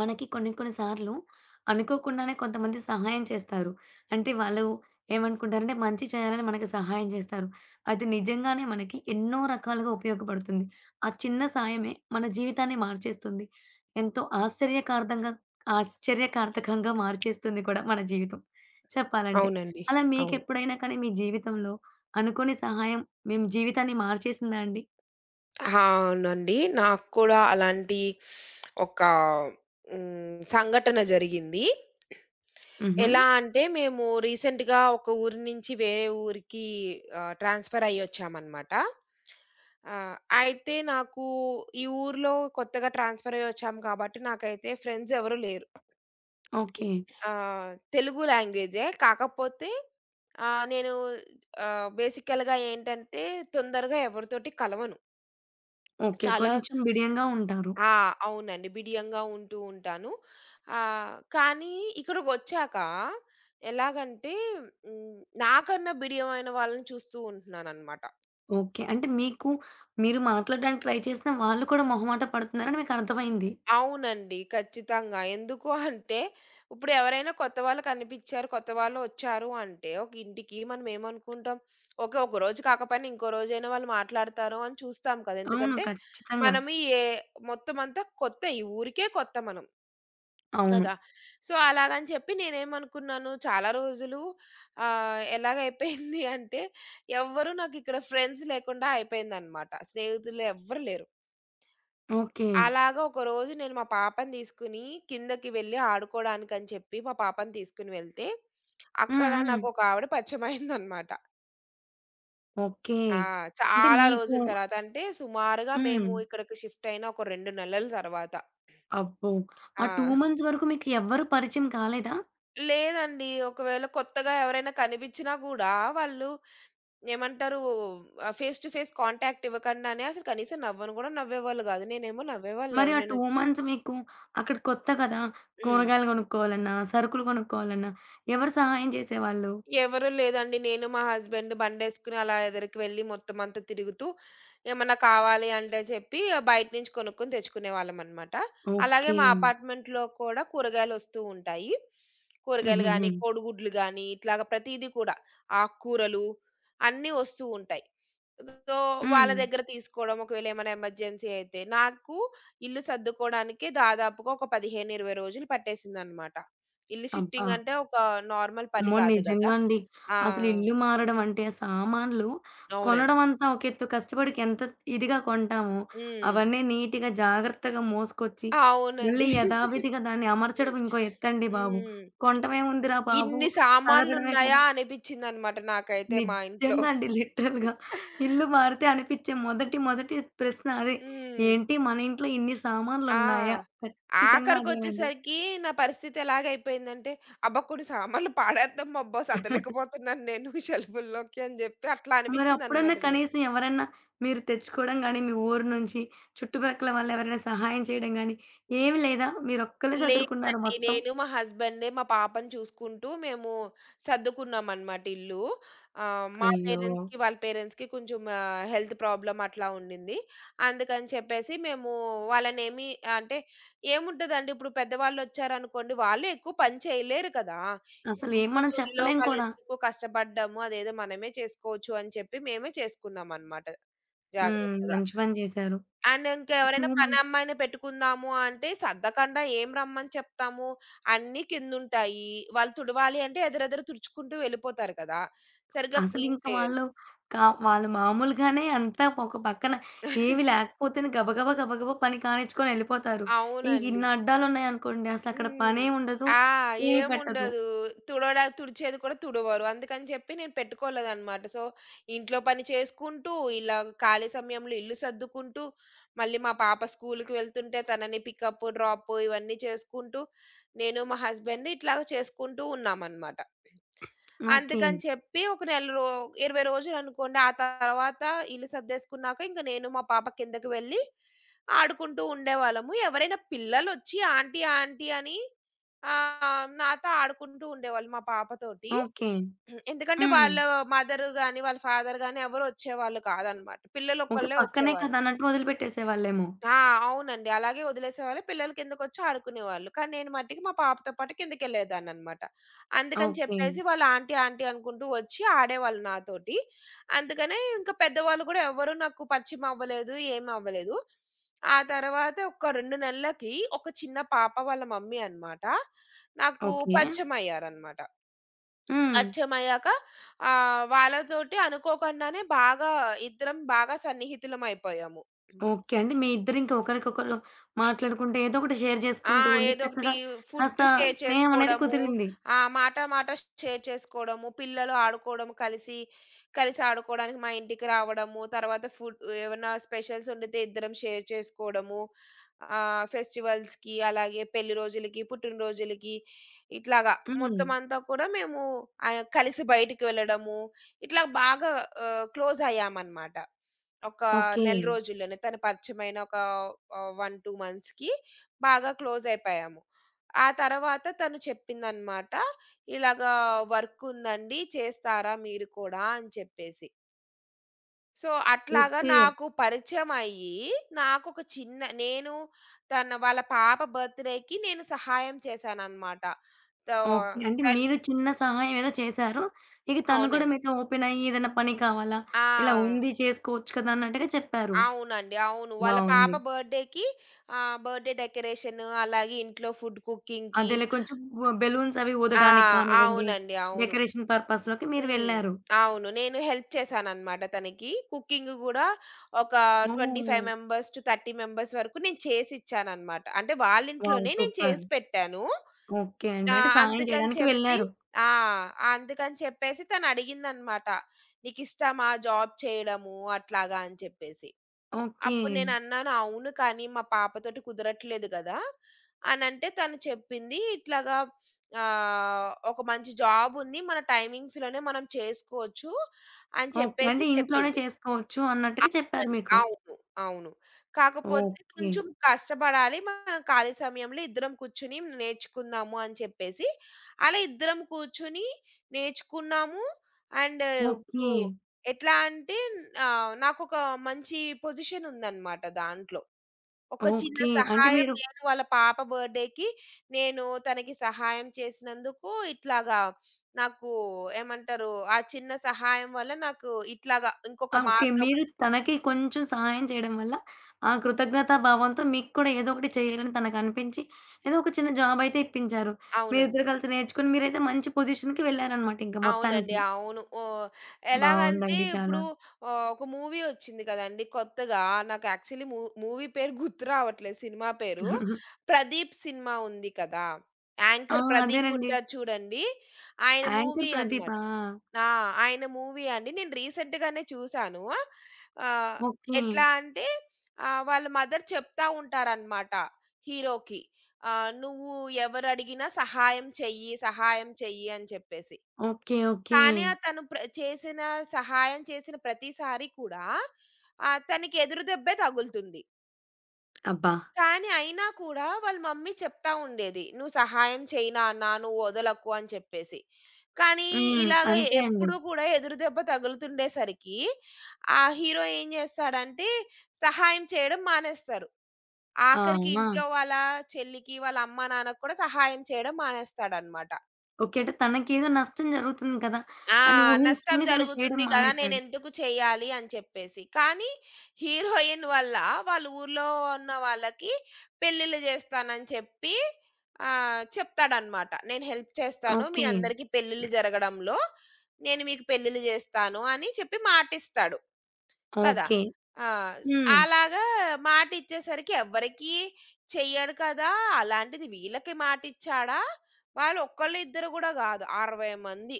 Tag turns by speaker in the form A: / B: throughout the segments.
A: మనకి కొన్ని కొన్ని సార్లు అనుకోకుండానే కొంతమంది సహాయం చేస్తారు. అంటే వాళ్ళు ఏమనుకుంటారంటే మంచి చేయాలని మనకి సహాయం చేస్తారు. అది నిజంగానే మనకి ఎన్నో రకాలుగా ఉపయోగపడుతుంది. ఆ చిన్న సాయమే మన జీవితాన్ని మార్చేస్తుంది. ఎంతో ఆశ్చర్యకార్థకంగా మార్చేస్తుంది కూడా మన జీవితం చెప్పాలంటే.
B: అవునండి.
A: అలా
B: అవును.
A: మీకెప్పుడైనా కానీ మీ జీవితంలో అనుకోని సహాయం మేము జీవితాన్ని మార్చేసిందా అండి?
B: అవునండి. నాకు కూడా అలాంటి ఒక హ్మ్. సంఘటన జరిగింది.
A: హుహు.
B: ఎలా అంటే మేము రీసెంట్‌గా ఒక ఊరు నుంచి వేరే ఊరికి ట్రాన్స్‌ఫర్ అయ్యొచ్చామనమాట. ఆహ్, అయితే నాకు ఈ ఊర్లో కొత్తగా ట్రాన్స్‌ఫర్ అయ్యొచ్చాము కాబట్టి నాకైతే ఫ్రెండ్స్ ఎవరు లేరు.
A: ఓకే.
B: ఆహ్, తెలుగు లాంగ్వేజే కాకపోతే నేను బేసికల్‌గా ఏంటంటే తొందరగా ఎవరితోటి కలవను.
A: ఓకే.
B: చాలా
A: కొంచెం బిడియంగా ఉంటారు.
B: ఆ! అవునండి. బిడియంగా ఉంటూ ఉంటాను. కానీ ఇక్కడికొచ్చాక ఎలాగంటే హ్మ్, నాకన్నా బిడియమైన వాళ్ళని చూస్తూ ఉంటున్నాననమాట.
A: ఓకే. అంటే మీకు మీరు మాట్లాడడానికి ట్రై చేసినా వాళ్ళు కూడా మొహమాట పడుతున్నారని మీకర్థమైంది.
B: అవునండి. ఖచ్చితంగా. ఎందుకు అంటే ఇప్పుడు ఎవరైనా కొత్త వాళ్ళు కనిపిచ్చారు, కొత్త వాళ్ళు వచ్చారు అంటే ఒక ఇంటికి మనం ఏమనుకుంటాం, ఓకే. ఒక రోజు కాకపోయినా ఇంకో రోజైనా వాళ్ళు మాట్లాడతారు అని చూస్తాం కదా!
A: అవును.
B: ఎందుకంటే
A: ఖచ్చితంగా.
B: మనం ఏ మొత్తం అంతా కొత్త. ఈ ఊరికే కొత్త మనం.
A: అవును.
B: కదా! సో, అలాగని చెప్పి నేనేమనుకున్నాను చాలా రోజులు ఎలాగైపోయింది అంటే ఎవ్వరు నాకిక్కడ ఫ్రెండ్స్ లేకుండా అయిపోయిందనమాట. స్నేహితులు ఎవ్వరు లేరు.
A: ఓకే.
B: అలాగా ఒకరోజు నేను మా పాపని తీసుకొని కిందకి వెళ్ళి ఆడుకోవడానికని చెప్పి మా పాపని తీసుకొని వెళ్తే,
A: హ్మ్.
B: అక్కడ
A: హ్మ్.
B: నాకొక ఆవిడ పరిచయమయిందనమాట.
A: ఓకే.
B: ఆ!
A: అంటే
B: చాలా
A: మీకు
B: రోజుల తర్వాత అంటే సుమారుగా
A: హ్మ్.
B: మేము ఇక్కడికి షిఫ్ట్ అయిన ఒక 2 నెలల తర్వాత.
A: అబ్బో! ఆ
B: ఆ!
A: 2 మంత్స్ వరకు మీకు ఎవ్వరు పరిచయం కాలేదా?
B: లేదండి. ఒకవేళ కొత్తగా ఎవరైనా కనిపించినా గూడా వాళ్ళు ఏమంటారు? ఫేస్ టు ఫేస్ కాంటాక్ట్ ఇవ్వకుండానే అసలు కనీసం నవ్వను గూడా నవ్వేవాళ్ళు గాదు. నేనేమో నవ్వేవాళ్ళు
A: మరి ఆ
B: ఎవరినైనా
A: 2 మంత్స్ మీకు అక్కడ కొత్త కదా!
B: హ్మ్.
A: కూరగాయలు కొనుక్కోవాలన్నా, సరుకులు కొనుక్కోవాలన్నా ఎవరు సహాయం చేసేవాళ్ళు?
B: ఎవరు లేదండి. నేను మా హస్బెండ్ బండేసుకొని అలా ఎదరికి వెళ్లి మొత్తం అంతా తిరుగుతూ, ఏమన్నా కావాలి అంటే చెప్పి బయట నుంచి కొనుక్కొని తెచ్చుకునేవాళ్ళమనమాట. అలాగే
A: ఓకే.
B: మా అపార్ట్మెంట్‌లో కూడా కూరగాయలొస్తూ ఉంటాయి. కూరగాయలు
A: హుహుహు.
B: గానీ, కోడిగుడ్లు గానీ, ఇట్లాగ ప్రతీది కూడా ఆక్కూరలు అన్నీ వస్తూ ఉంటాయి. సో, వాళ్ళ
A: హ్మ్.
B: దగ్గర తీసుకోవడం ఒకవేళ ఏమైనా ఎమర్జెన్సీ అయితే. నాకు ఇల్లు సర్దుకోవడానికే దాదాపుగా ఒక 15, 20 రోజులు పట్టేసిందనమాట. ఇల్లు
A: అబ్బా!
B: షిఫ్టింగ్ అంటే ఒక నార్మల్ పని
A: అమ్మో!
B: కాదు గదా!
A: నిజంగా అండి. అసలు
B: ఆ!
A: ఇల్లు మారడం అంటే సామాన్లు
B: అవునండి.
A: కొనడం అంతా ఒక ఎత్తు కష్టపడి ఎంత ఇదిగా కొంటామో,
B: హ్మ్.
A: అవన్నీ నీట్‌గా జాగ్రత్తగా మోసుకొచ్చి, మళ్ళీ
B: అవునండి.
A: యథావిధిగా దాన్ని అమర్చడం ఇంకో ఎత్తండి బాబు.
B: హ్మ్.
A: కొంటమేముందిరా బాబు
B: ఇన్ని
A: సదరడమే కదా!
B: సామాన్లున్నాయా అనిపిచ్చిందనమాట నాకైతే మా ఇంట్లో.
A: నిజంగా అండి లిటరల్‌గా. ఇల్లు మారితే అనిపించే మొదటి మొదటి ప్రశ్న అదే.
B: హ్మ్.
A: ఏంటి మన ఇంట్లో ఇన్ని సామాన్లున్నాయా?
B: ఆ!
A: ఖచ్చితంగా అదేనండి.
B: ఆఖరికొచ్చేసరికి నా పరిస్థితి ఎలాగైపోయిందంటే, అబ్బా! కొన్ని సామాన్లు పాడేద్దాం అబ్బా! సదలేకపోతున్నాను నేను షెల్ఫుల్లోకి అని జెప్పి అట్లా
A: మరప్పుడన్నా
B: అనిపిచ్చిందనమాట నాకు.
A: కనీసం ఎవరన్నా మీరు తెచ్చుకోవడం గాని, మీ ఊరు నుంచి చుట్టుపక్కల వాళ్ళెవరైనా సహాయం చేయడం గాని, ఏమి లేదా? మీరొక్కళ్ళే సదురుకున్నారు
B: లేదండి.
A: మొత్తం.
B: నేను, మా హస్బెండే, మా పాపని చూసుకుంటూ మేము సర్దుకున్నామనమాట ఇల్లు. మా
A: అయ్యో!
B: పేరెంట్స్‌కి, వాళ్ళ పేరెంట్స్‌కి కొంచెం హెల్త్ ప్రాబ్లమ్ అట్లా ఉండింది. అందుకని చెప్పేసి మేము వాళ్ళనేమి అంటే ఏముంటదండి ఇప్పుడు పెద్దవాళ్ళొచ్చారనుకోండి, వాళ్ళు ఎక్కువ పని చేయలేరు కదా! ఈ
A: అసలేం
B: దుమ్ము,
A: మనం
B: ధూళిలో
A: చెప్పలేం కూడా.
B: వాళ్ళెందుకు కష్టపడ్డము, అదేదో మనమే చేసుకోవచ్చు అని చెప్పి మేమే చేసుకున్నామనమాట
A: హ్మ్.
B: జాగ్రత్తగా.
A: మంచి పని చేశారు.
B: అండ్ ఇంకెవరైనా
A: 2 మంత్స్
B: పనమ్మాయిని పెట్టుకుందాము అంటే, సద్దకుండా ఏం రమ్మని చెప్తాము? అన్నీ కిందుంటాయి. వాళ్ళు తుడవాలి అంటే ఎదరెదర తుడుచుకుంటూ వెళ్ళిపోతారు కదా! సరిగ్గా క్లీన్
A: అసలింక
B: చేయరు.
A: వాళ్ళు వాళ్ళు మామూలుగానే అంతా ఒక పక్కన ఏమి లేకపోతేనే గబగబా, గబగబా పని కానిచ్చుకొని ఎళ్ళిపోతారు.
B: అవునండి.
A: ఇంకిన్ని అడ్డాలున్నాయనుకోండి అసలక్కడ
B: హ్మ్.
A: పనే ఉండదు,
B: ఆ!
A: ఏమి పెట్టదు.
B: ఏముండదు. తుడవడా తుడిచేది కూడా తుడవరు. అందుకని చెప్పి నేను పెట్టుకోలేదనమాట. సో, ఇంట్లో పని చేసుకుంటూ, ఇలా ఖాళీ సమయంలో ఇల్లు సర్దుకుంటూ, మళ్ళీ మా పాప స్కూలుకి వెళ్తుంటే తనని పికప్, డ్రాప్ ఇవన్నీ చేసుకుంటూ, నేను మా హస్బెండ్ ఇట్లాగ చేసుకుంటూ ఉన్నామనమాట.
A: ఓకే.
B: అందుకని చెప్పి ఒక నెల రో 20 రోజులనుకోండి. ఆ తర్వాత ఇల్లు సర్దేసుకున్నాక ఇంక నేను మా పాప కిందకి వెళ్ళి ఆడుకుంటూ ఉండేవాళ్ళము. ఎవరైనా పిల్లలొచ్చి ఆంటీ, ఆంటీ అని నాతో ఆడుకుంటూ ఉండేవాళ్ళు మా పాపతోటి.
A: ఓకే.
B: ఎందుకంటే
A: హ్మ్.
B: వాళ్ళ మదర్ గాని, వాళ్ళ ఫాదర్ గాని ఎవరు వచ్చేవాళ్ళు కాదనమాట.
A: ఓకే.
B: పిల్లలొక్కళ్ళే
A: పక్కనే
B: వచ్చేవాళ్ళు.
A: కదా! అన్నట్టు వదిలిపెట్టేసేవాళ్ళేమో.
B: ఆ! అవునండి. అలాగే వదిలేసేవాళ్ళు. పిల్లలు కిందకొచ్చి ఆడుకునేవాళ్ళు. కానీ నేను మట్టికి మా పాపతో పాటు కిందకెళ్ళేదాన్ననమాట. అందుకని
A: ఓకే.
B: చెప్పేసి వాళ్ళు ఆంటీ, ఆంటీ అనుకుంటూ వచ్చి ఆడేవాళ్ళు నాతోటి. అందుకనే ఇంకా పెద్దవాళ్ళు కూడా ఎవ్వరు నాకు పరిచయం అవ్వలేదు. ఏమవ్వలేదు. ఆ తర్వాత ఒక 2 నెలలకి ఒక చిన్న పాప వాళ్ళ మమ్మీ అనమాట. నాకు
A: ఓకే.
B: పరిచయమయ్యారనమాట.
A: హ్మ్.
B: పరిచయమయ్యాక వాళ్ళతోటి అనుకోకుండానే బాగా ఇద్దరం బాగా సన్నిహితులమైపోయాము.
A: ఓకే. అంటే మీ ఇద్దరింక ఒకరికొకరు మాట్లాడుకుంటే ఏదో ఒకటి షేర్
B: ఆ!
A: చేసుకుంటూ ఉండి
B: ఏదోకటి
A: చక్కగా
B: ఫుడ్
A: కాస్త
B: షేర్
A: స్నేహం అనేది
B: చేసుకోవడము.
A: కుదిరింది.
B: ఆ! మాట మాట షేర్ చేసుకోవడము. పిల్లలు ఆడుకోవడము కలిసి, కలిసి ఆడుకోవడానికి మా ఇంటికి రావడము. తర్వాత ఫుడ్ ఏమన్నా స్పెషల్స్ వండితే ఇద్దరం షేర్ చేసుకోవడము. ఫెస్టివల్స్‌కి అలాగే పెళ్లి రోజులకి, పుట్టినరోజులకి ఇట్లాగా
A: హ్మ్.
B: మొత్తమంతా కూడా మేము కలిసి బయటికి వెళ్ళడము. ఇట్లా బాగా క్లోజ్ అయ్యామనమాట. ఒక
A: ఓకే.
B: నెల రోజుల్లోనే తను పరిచయమైన ఒక 1, 2 మంత్స్‌కి బాగా క్లోజయిపోయాము. ఆ తర్వాత తను చెప్పిందనమాట. ఇలాగా "వర్కుందండి. చేస్తారా మీరు కూడా" అని చెప్పేసి. సో, అట్లాగా
A: ఓకే.
B: నాకు పరిచయమయ్యి, నాకొక చిన్న నేను తన వాళ్ళ పాప బర్త్‌డేకి నేను సహాయం చేశాననమాట. తో
A: ఓకే. అంటే
B: తన్
A: మీరు చిన్న సహాయం ఏదో చేశారు. ఇక తను కూడా
B: అవునండి.
A: మీతో ఓపెన్ అయ్యి ఏదైనా పని కావాలా? ఇలా
B: ఆ!
A: ఉంది చేసుకోవచ్చు కదా! అన్నట్టుగా చెప్పారు.
B: అవునండి. అవును. వాళ్ళ పాప
A: బావుంది.
B: బర్త్‌డేకి బర్త్‌డే డెకరేషన్ అలాగే ఇంట్లో ఫుడ్ కుకింగ్‌కి
A: అదేలే కొంచెం బెలూన్స్ అవి
B: ఆ!
A: ఊదడానికి కానివ్వండి,
B: అవునండి. అవును.
A: డెకరేషన్ పర్పస్‌లోకి మీరు
B: హ్మ్.
A: వెళ్లారు.
B: అవును. నేను హెల్ప్ చేశాననమాట తనకి. కుకింగ్ గూడా ఒక 25
A: ఓహ్!
B: మెంబర్స్ టు 30 మెంబర్స్ వరకు నేను చేసిచ్చాననమాట. అంటే
A: వావ్!
B: వాళ్ళింట్లోనే నేను
A: సూపర్.
B: చేసి పెట్టాను.
A: ఓకే అండి. అంటే
B: ఆహ్,
A: సహాయం
B: అందుకని
A: చేయడానికి
B: చెప్పి
A: వెళ్లారు.
B: ఆ! ఆ, అందుకని చెప్పేసి తనడిగిందనమాట. "నీకిష్టమా జాబ్ చేయడము" అట్లాగా అని చెప్పేసి.
A: ఓకే.
B: అప్పుడు నేనన్నాను, "అవును. కానీ మా పాపతోటి కుదరట్లేదు గదా!" అనంటే తను చెప్పింది, "ఇట్లాగా ఒక మంచి జాబుంది. మన టైమింగ్స్‌లోనే మనం చేసుకోవచ్చు" అని
A: ఓకే.
B: చెప్పేసి
A: అంటే ఇంట్లోనే
B: చెప్పింది.
A: చేసుకోవచ్చు అన్నట్టుగా చెప్పారు
B: అవునండి.
A: మీకు.
B: అవును. అవును. కాకపోతే
A: ఓకే.
B: కొంచెం కష్టపడాలి. మనం ఖాళీ సమయంలో ఇద్దరం కూర్చొని నేర్చుకుందాము అని చెప్పేసి, అలా ఇద్దరం కూర్చొని నేర్చుకున్నాము. And
A: okay.
B: ఇప్పుడు ఎట్లా అంటే నాకొక మంచి పొజిషన్ ఉందన్నమాట దాంట్లో. ఒక చిన్న
A: ఓకే. అంటే
B: సహాయం
A: మీరు
B: నేను వాళ్ళ పాప బర్త్‌డేకి నేను తనకి సహాయం చేసినందుకు ఇట్లాగా నాకు ఏమంటారు? ఆ చిన్న సహాయం వల్ల నాకు ఇట్లాగా
A: ఆ!
B: ఇంకొక
A: ఓకే.
B: మార్గం
A: మీరు తనకి కొంచెం సహాయం చేయడం వల్ల ఆ కృతజ్ఞతా భావంతో మీకు కూడా ఏదో ఒకటి చేయాలని తనకనిపించి ఏదో ఒక చిన్న జాబ్ అయితే ఇప్పించారు.
B: అవునండి.
A: మీరిద్దరు కలిసి నేర్చుకొని మీరైతే మంచి పొజిషన్‌కి వెళ్లారన్నమాట ఇంక
B: అవునండి.
A: మొత్తానికి.
B: అవును. ఓహ్! ఎలాగంటే
A: బావుందండి చాలా.
B: ఇప్పుడు ఒక మూవీ వచ్చింది కదండీ కొత్తగా. నాకు యాక్చువల్లీ మూవీ పేరు గుర్తు రావట్లేదు సినిమా పేరు. 'ప్రదీప్' సినిమా ఉంది కదా!
A: ఆ!
B: యాంకర్ ప్రదీప్
A: అదేనండి.
B: ఉంటారు చూడండి. ఆయన
A: యాంకర్
B: మూవీ అన్నమాట.
A: ప్రదీపా!
B: ఆ! ఆయన మూవీ అండి. నేను రీసెంట్ గానే చూసాను. ఆహ్,
A: ఓకే.
B: ఎట్లా అంటే వాళ్ళ మదర్ చెప్తా ఉంటారన్నమాట హీరోకి. "నువ్వు ఎవరడిగినా సహాయం చెయ్యి, సహాయం చెయ్యి" అని చెప్పేసి.
A: ఓకే. ఓకే.
B: కానీ ఆ తను ప్ర చేసిన సహాయం చేసిన ప్రతిసారి కూడా తనకి ఎదురు దెబ్బే తగులుతుంది.
A: అబ్బా!
B: కానీ అయినా కూడా వాళ్ళ మమ్మీ చెప్తా ఉండేది. "నువ్వు సహాయం చెయ్యి నాన్న, నువ్వు వదలకు" అని చెప్పేసి. కానీ
A: హ్మ్.
B: ఇలాగ
A: అంతే అండి.
B: ఎప్పుడూ కూడా ఎదురు దెబ్బ తగులుతుండేసరికి ఆ హీరో ఏం చేస్తాడంటే సహాయం చేయడం మానేస్తారు.
A: ఆ!
B: ఆఖరికి
A: ఆ!
B: ఇంట్లో వాళ్ళ చెల్లికి, వాళ్ళ అమ్మ, నాన్నకి కూడా సహాయం చేయడం మానేస్తాడనమాట.
A: ఓకే. అంటే తనకేదో నష్టం జరుగుతుంది కదా!
B: ఆ!
A: అని
B: నష్టం
A: ఊహించుకొని తను చేయడం
B: జరుగుతుంది కదా!
A: మానేసాడు.
B: నేనెందుకు చేయాలి అని చెప్పేసి. కానీ హీరోయిన్ వల్ల వాళ్ళ ఊర్లో ఉన్న వాళ్ళకి పెళ్ళిళ్ళు చేస్తానని చెప్పి చెప్తాడన్నమాట. నేను హెల్ప్ చేస్తాను. మీ
A: ఓకే.
B: అందరికీ పెళ్ళిళ్ళు జరగడంలో. నేను మీకు పెళ్ళిళ్ళు చేస్తాను అని చెప్పి మాటిస్తాడు కదా!
A: ఓకే.
B: ఆ! స్
A: హ్మ్.
B: అలాగా మాటిచ్చేసరికి ఎవ్వరికీ చెయ్యడు కదా! అలాంటిది వీళ్ళకి మాటిచ్చాడా? వాళ్ళు ఒక్కళ్ళు ఇద్దరు గూడా గాదు. 60 మంది.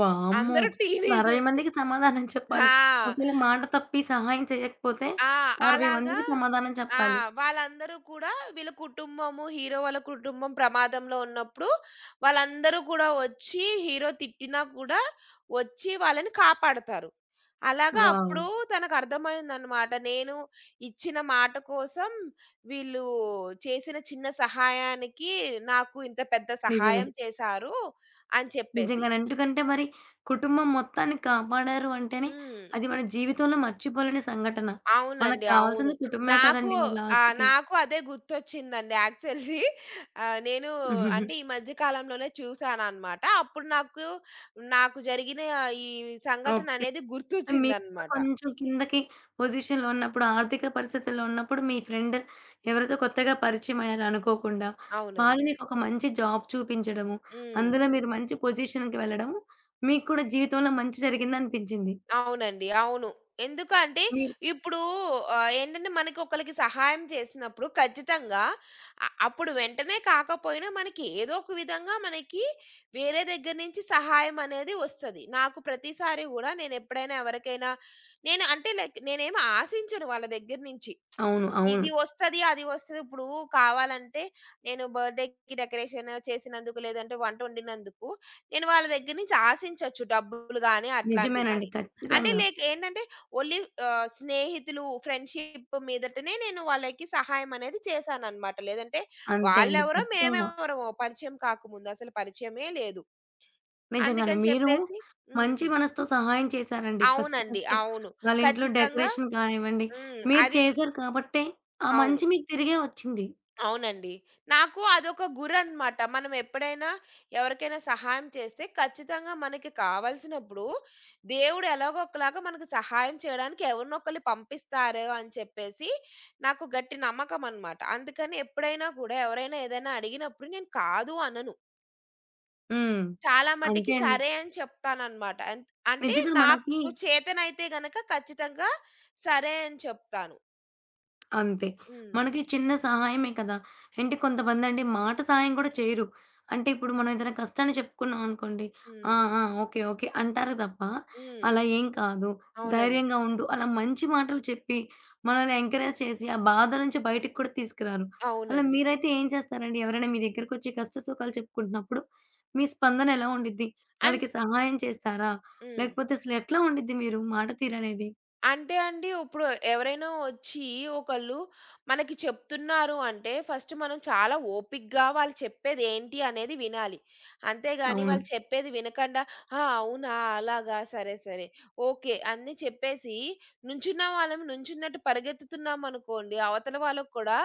A: వామ్మో!
B: అందరూ
A: ఇప్పుడు 60
B: టీనేజర్స్.
A: మందికి సమాధానం చెప్పాలి.
B: ఆ!
A: ఒకవేళ మాట తప్పి సహాయం చేయకపోతే
B: ఆ!
A: 60
B: అలాగా
A: మందికి సమాధానం
B: ఆ!
A: చెప్పాలి.
B: వాళ్ళందరూ కూడా వీళ్ళ కుటుంబము, హీరో వాళ్ళ కుటుంబం ప్రమాదంలో ఉన్నప్పుడు వాళ్ళందరూ కూడా వచ్చి హీరో తిట్టినా కూడా వచ్చి వాళ్ళని కాపాడతారు. అలాగా
A: వావ్!
B: అప్పుడు తనకర్థమైందనమాట. నేను ఇచ్చిన మాట కోసం వీళ్ళు చేసిన చిన్న సహాయానికి నాకు ఇంత పెద్ద
A: నిజమే.
B: సహాయం చేశారు అని చెప్పేసి.
A: నిజంగానే. ఎందుకంటే మరి కుటుంబం మొత్తాన్ని కాపాడారు అంటేనే
B: హ్మ్.
A: అది మన జీవితంలో మర్చిపోలేని సంఘటన. మనకు
B: అవునండి. అవును.
A: కావాల్సింది కుటుంబమే
B: నాకు
A: కదండీ! మరి
B: ఆ!
A: లాస్ట్‌కి.
B: నాకు అదే గుర్తొచ్చిందండి యాక్చువల్లీ. నేను
A: హుహుహు.
B: అంటే ఈ మధ్య కాలంలోనే చూసాననమాట. నాకు జరిగిన ఈ సంఘటన
A: ఓకే.
B: అనేది
A: మీరు కూడా
B: గుర్తొచ్చిందనమాట.
A: కొంచెం కిందకి పొజిషన్‌లో ఉన్నప్పుడు, ఆర్థిక పరిస్థితుల్లో ఉన్నప్పుడు మీ ఫ్రెండ్ ఎవరైతే కొత్తగా పరిచయమయ్యారో అనుకోకుండా, వాళ్ళు
B: అవునండి.
A: మీకొక మంచి జాబ్ చూపించడము,
B: హ్మ్.
A: అందులో మీరు మంచి పొజిషన్‌కి వెళ్ళడము, మీకు కూడా జీవితంలో మంచి జరిగిందనిపించింది.
B: అవునండి. అవును. ఎందుకంటే
A: మీరు
B: ఇప్పుడు ఏంటంటే మనకి ఒకళ్ళకి సహాయం చేసినప్పుడు ఖచ్చితంగా అప్పుడు వెంటనే కాకపోయినా మనకి ఏదో ఒక విధంగా మనకి వేరే దగ్గర నుంచి సహాయం అనేది వస్తది. నాకు ప్రతిసారి గూడా నేనెప్పుడైనా ఎవరికైనా నేను అంటే లైక్ నేనేమి ఆశించను వాళ్ళ దగ్గర నుంచి.
A: అవును. అవును.
B: ఇది వస్తది, అది వస్తది. ఇప్పుడు కావాలంటే నేను బర్త్‌డేకి డెకరేషన్ చేసినందుకు లేదంటే వంటొండినందుకు నేను వాళ్ళ దగ్గర నుంచి ఆశించొచ్చు డబ్బులు గాని అట్లాంటివి
A: నిజమేనండి.
B: గాని. అంటే
A: ఖచ్చితంగా.
B: లైక్ ఏంటంటే ఓన్లీ స్నేహితులు, ఫ్రెండ్‌షిప్ మీదటనే నేను వాళ్ళకి సహాయం అనేది చేశాననమాట. లేదంటే
A: అంతే అండి.
B: వాళ్ళెవరో,
A: ఖచ్చితంగా.
B: మేమెవరమో పరిచయం కాకముందు. అసలు పరిచయమే లేదు.
A: నిజంగానే.
B: అందుకని
A: మీరు
B: చెప్పేసి
A: మంచి
B: హ్మ్.
A: మనసుతో సహాయం చేశారండి. ఫస్ట్
B: అవునండి.
A: ఫస్ట్
B: అవును.
A: వాళ్ళ ఇంట్లో
B: ఖచ్చితంగా
A: డెకరేషన్ కానివ్వండి,
B: హ్మ్.
A: మీరు
B: అది
A: చేశారు కాబట్టే ఆ
B: అవును.
A: మంచి మీకు తిరిగే వచ్చింది.
B: అవునండి. నాకు అదొక గురనమాట. మనం ఎప్పుడైనా ఎవరికైనా సహాయం చేస్తే ఖచ్చితంగా మనకి కావాల్సినప్పుడు దేవుడు ఎలాగో ఒకలాగా మనకు సహాయం చేయడానికి ఎవరినొకళ్ళు పంపిస్తారు అని చెప్పేసి నాకు గట్టి నమ్మకమనమాట. అందుకని ఎప్పుడైనా కూడా ఎవరైనా ఏదైనా అడిగినప్పుడు నేను కాదు అనను.
A: హ్మ్.
B: చాలా మటికి
A: అంతే అండి.
B: సరే అని చెప్తాననమాట. అంటే
A: నిజంగా మనకి
B: నాకు చేతనైతే గనక ఖచ్చితంగా సరే అని చెప్తాను.
A: అంతే.
B: హ్మ్.
A: మనకి చిన్న సహాయమే కదా! అంటే కొంతమందండి మాట సహాయం కూడా చేయరు. అంటే ఇప్పుడు మనం ఏదైనా కష్టాన్ని చెప్పుకున్నాం అనుకోండి. ఆ!
B: హ్మ్.
A: ఆ! ఓకే. ఓకే. అంటారు తప్ప
B: హ్మ్.
A: అలా ఏం కాదు.
B: అవునండి.
A: ధైర్యంగా ఉండు. అలా మంచి మాటలు చెప్పి మనల్ని ఎంకరేజ్ చేసి ఆ బాధ నుంచి బయటికి కూడా తీసుకురారు. అలా
B: అవునండి.
A: మీరైతే ఏం చేస్తారండి? ఎవరైనా మీ దగ్గరకొచ్చి కష్ట సుఖాలు చెప్పుకుంటున్నప్పుడు మీ స్పందన ఎలా ఉండిద్ది?
B: అన్
A: వాళ్ళకి సహాయం చేస్తారా?
B: హ్మ్.
A: లేకపోతే అసలు ఎట్లా ఉండిద్ది మీరు మాట తీరనేది?
B: అంటే అండి, ఇప్పుడు ఎవరైనా వచ్చి ఒకళ్ళు మనకి చెప్తున్నారు అంటే, ఫస్ట్ మనం చాలా ఓపికగా వాళ్ళు చెప్పేది ఏంటి అనేది వినాలి. అంతేగాని
A: అవును.
B: వాళ్ళు చెప్పేది వినకండా, "ఆ! అవునా! అలాగా! సరే, సరే. ఓకే." అన్నీ చెప్పేసి నుంచున్న వాళ్ళం నుంచున్నట్టు పరిగెత్తుతున్నామనుకోండి, అవతల వాళ్ళకి కూడా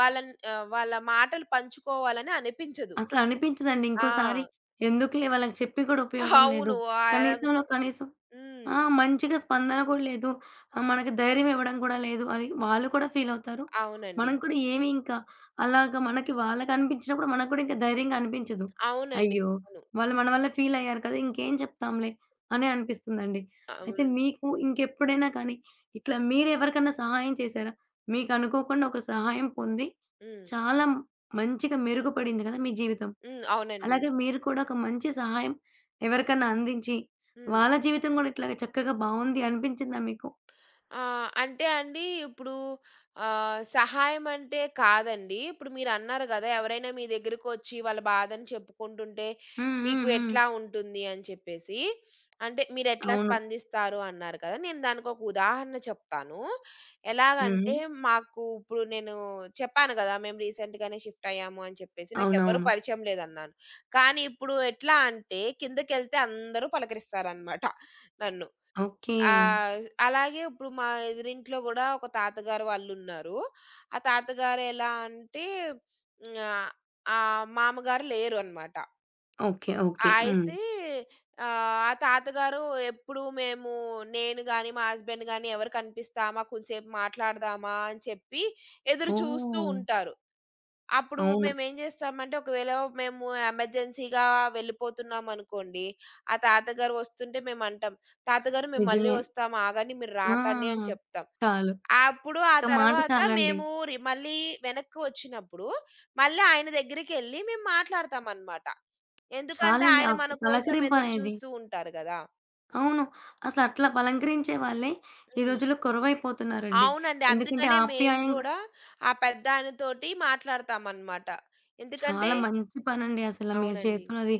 B: వాళ్ళ మాటలు పంచుకోవాలని అనిపించదు.
A: అసలనిపించదండి. ఇంకోసారి
B: ఆ!
A: ఎందుకులే వాళ్ళకి చెప్పి కూడా ఉపయోగం లేదు.
B: అవును. ఆ, అలాగ
A: కనీసంలో కనీసం
B: హ్మ్.
A: ఆ! మంచిగా స్పందన కూడా లేదు. ఆహ్, మనకి ధైర్యం ఇవ్వడం కూడా లేదు అని వాళ్ళు కూడా ఫీలవుతారు.
B: అవునండి.
A: మనం కూడా ఏమి ఇంకా అలాగా మనకి వాళ్ళకనిపించినప్పుడు మనకు కూడా ఇంకా ధైర్యంగా అనిపించదు.
B: అవునండి.
A: అయ్యో!
B: అవును.
A: వాళ్ళు మన వల్ల ఫీలయ్యారు కదా! ఇంకేం చెప్తాంలే అనే అనిపిస్తుందండి. అయితే
B: అవునండి.
A: మీకు ఇంకెప్పుడైనా కానీ ఇట్లా మీరెవరికన్నా సహాయం చేశారా? మీకనుకోకుండా ఒక సహాయం పొంది
B: హ్మ్.
A: చాలా మంచిగా మెరుగుపడింది కదా మీ జీవితం?
B: హ్మ్. అవునండి.
A: అలాగే మీరు కూడా ఒక మంచి సహాయం ఎవరికన్నా అందించి,
B: హ్మ్.
A: వాళ్ళ జీవితం గూడా ఇట్లాగ చక్కగా బావుంది అనిపించిందా మీకు?
B: అంటే అండి ఇప్పుడు సహాయం అంటే కాదండి. ఇప్పుడు మీరన్నారు గదా! ఎవరైనా మీ దగ్గరకొచ్చి వాళ్ళ బాధని చెప్పుకుంటుంటే
A: హ్మ్. హ్మ్.
B: మీకు
A: హ్మ్.
B: ఎట్లా ఉంటుంది అని చెప్పేసి. అంటే మీరెట్లా
A: అవును.
B: స్పందిస్తారు అన్నారు కదా! నేను దానికొక ఉదాహరణ చెప్తాను.
A: హ్మ్.
B: ఎలాగంటే మాకు ఇప్పుడు నేను చెప్పాను గదా! మేము రీసెంట్‌గానే షిఫ్ట్ అయ్యాము అని చెప్పేసి. నాకెవ్వరు
A: అవునవును.
B: పరిచయం లేదన్నాను. కానీ ఇప్పుడు ఎట్లా అంటే కిందకెళ్తే అందరూ పలకరిస్తారనమాట నన్ను.
A: ఓకే.
B: ఆ! అలాగే ఇప్పుడు మా ఎదురింట్లో గూడా ఒక తాతగారు వాళ్ళున్నారు. ఆ తాతగారు ఎలా అంటే హ్మ్. ఆహ్, ఆ మామగారు లేరు అన్నమాట.
A: ఓకే. ఓకే. హ్మ్.
B: అయితే ఆ తాతగారు ఎప్పుడు మేము నేను గాని, మా హస్బెండ్ గాని ఎవరు కనిపిస్తామా? కొంసేపు మాట్లాడదామా? అని చెప్పి ఎదురు చూస్తూ
A: ఓహ్!
B: ఉంటారు. అప్పుడు
A: అవును.
B: మేమేం జేస్తామంటే, ఒకవేళ మేము ఎమర్జెన్సీగా వెళ్ళిపోతున్నామనుకోండి, ఆ తాతగారు వస్తుంటే మేమంటాం, "తాతగారు మేము మళ్ళీ
A: నిజమే.
B: వస్తాం, ఆగండి మీరు రాకండి" అని
A: ఆ!
B: చెప్తాం.
A: చాలు.
B: అప్పుడు ఆ
A: ఒక్క మాట
B: తర్వాత
A: చాలండి.
B: మేము మళ్ళీ వెనక్కి వచ్చినప్పుడు, మళ్ళీ ఆయన దగ్గరికెళ్ళి మేము మాట్లాడతామనమాట. ఎందుకంటే,
A: చాలండి. ఆ
B: ఆయన మన
A: ఒక్క
B: కోసం ఎదురు
A: పలకరింపనేది.
B: చూస్తూ ఉంటారు గదా!
A: అవును. అసలట్లా పలంకరించే వాళ్ళే ఈ
B: హ్మ్.
A: రోజుల్లో కొరవైపోతున్నారండి.
B: అవునండి.
A: ఎందుకంటే
B: అందుకనే మేము
A: ఆప్యాయంగా
B: గూడా ఆ పెద్దాయనతోటి మాట్లాడతామనమాట. ఎందుకంటే
A: చాలా మంచి పనండి అసల మీరు
B: అవునండి.
A: చేస్తున్నది.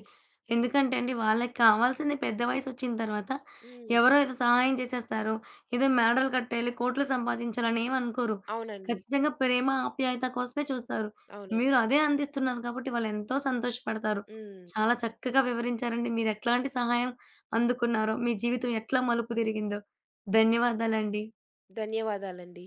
B: హ్మ్.
A: ఎందుకంటే అండి, వాళ్ళకి కావాల్సింది పెద్ద వయసొచ్చిన తర్వాత
B: హ్మ్.
A: ఎవరో ఏదో సహాయం చేసేస్తారు. ఏదో మేడలు కట్టేయాలి, కోట్లు సంపాదించాలని ఏమనుకోరు.
B: అవునండి.
A: ఖచ్చితంగా ప్రేమ, ఆప్యాయత కోసమే చూస్తారు.
B: అవునండి.
A: మీరు అదే అందిస్తున్నారు కాబట్టి వాళ్ళెంతో సంతోషపడతారు.
B: హ్మ్.
A: చాలా చక్కగా వివరించారండి. మీరెట్లాంటి సహాయం అందుకున్నారో, మీ జీవితం ఎట్లా మలుపు తిరిగిందో. ధన్యవాదాలండి.
B: ధన్యవాదాలండి.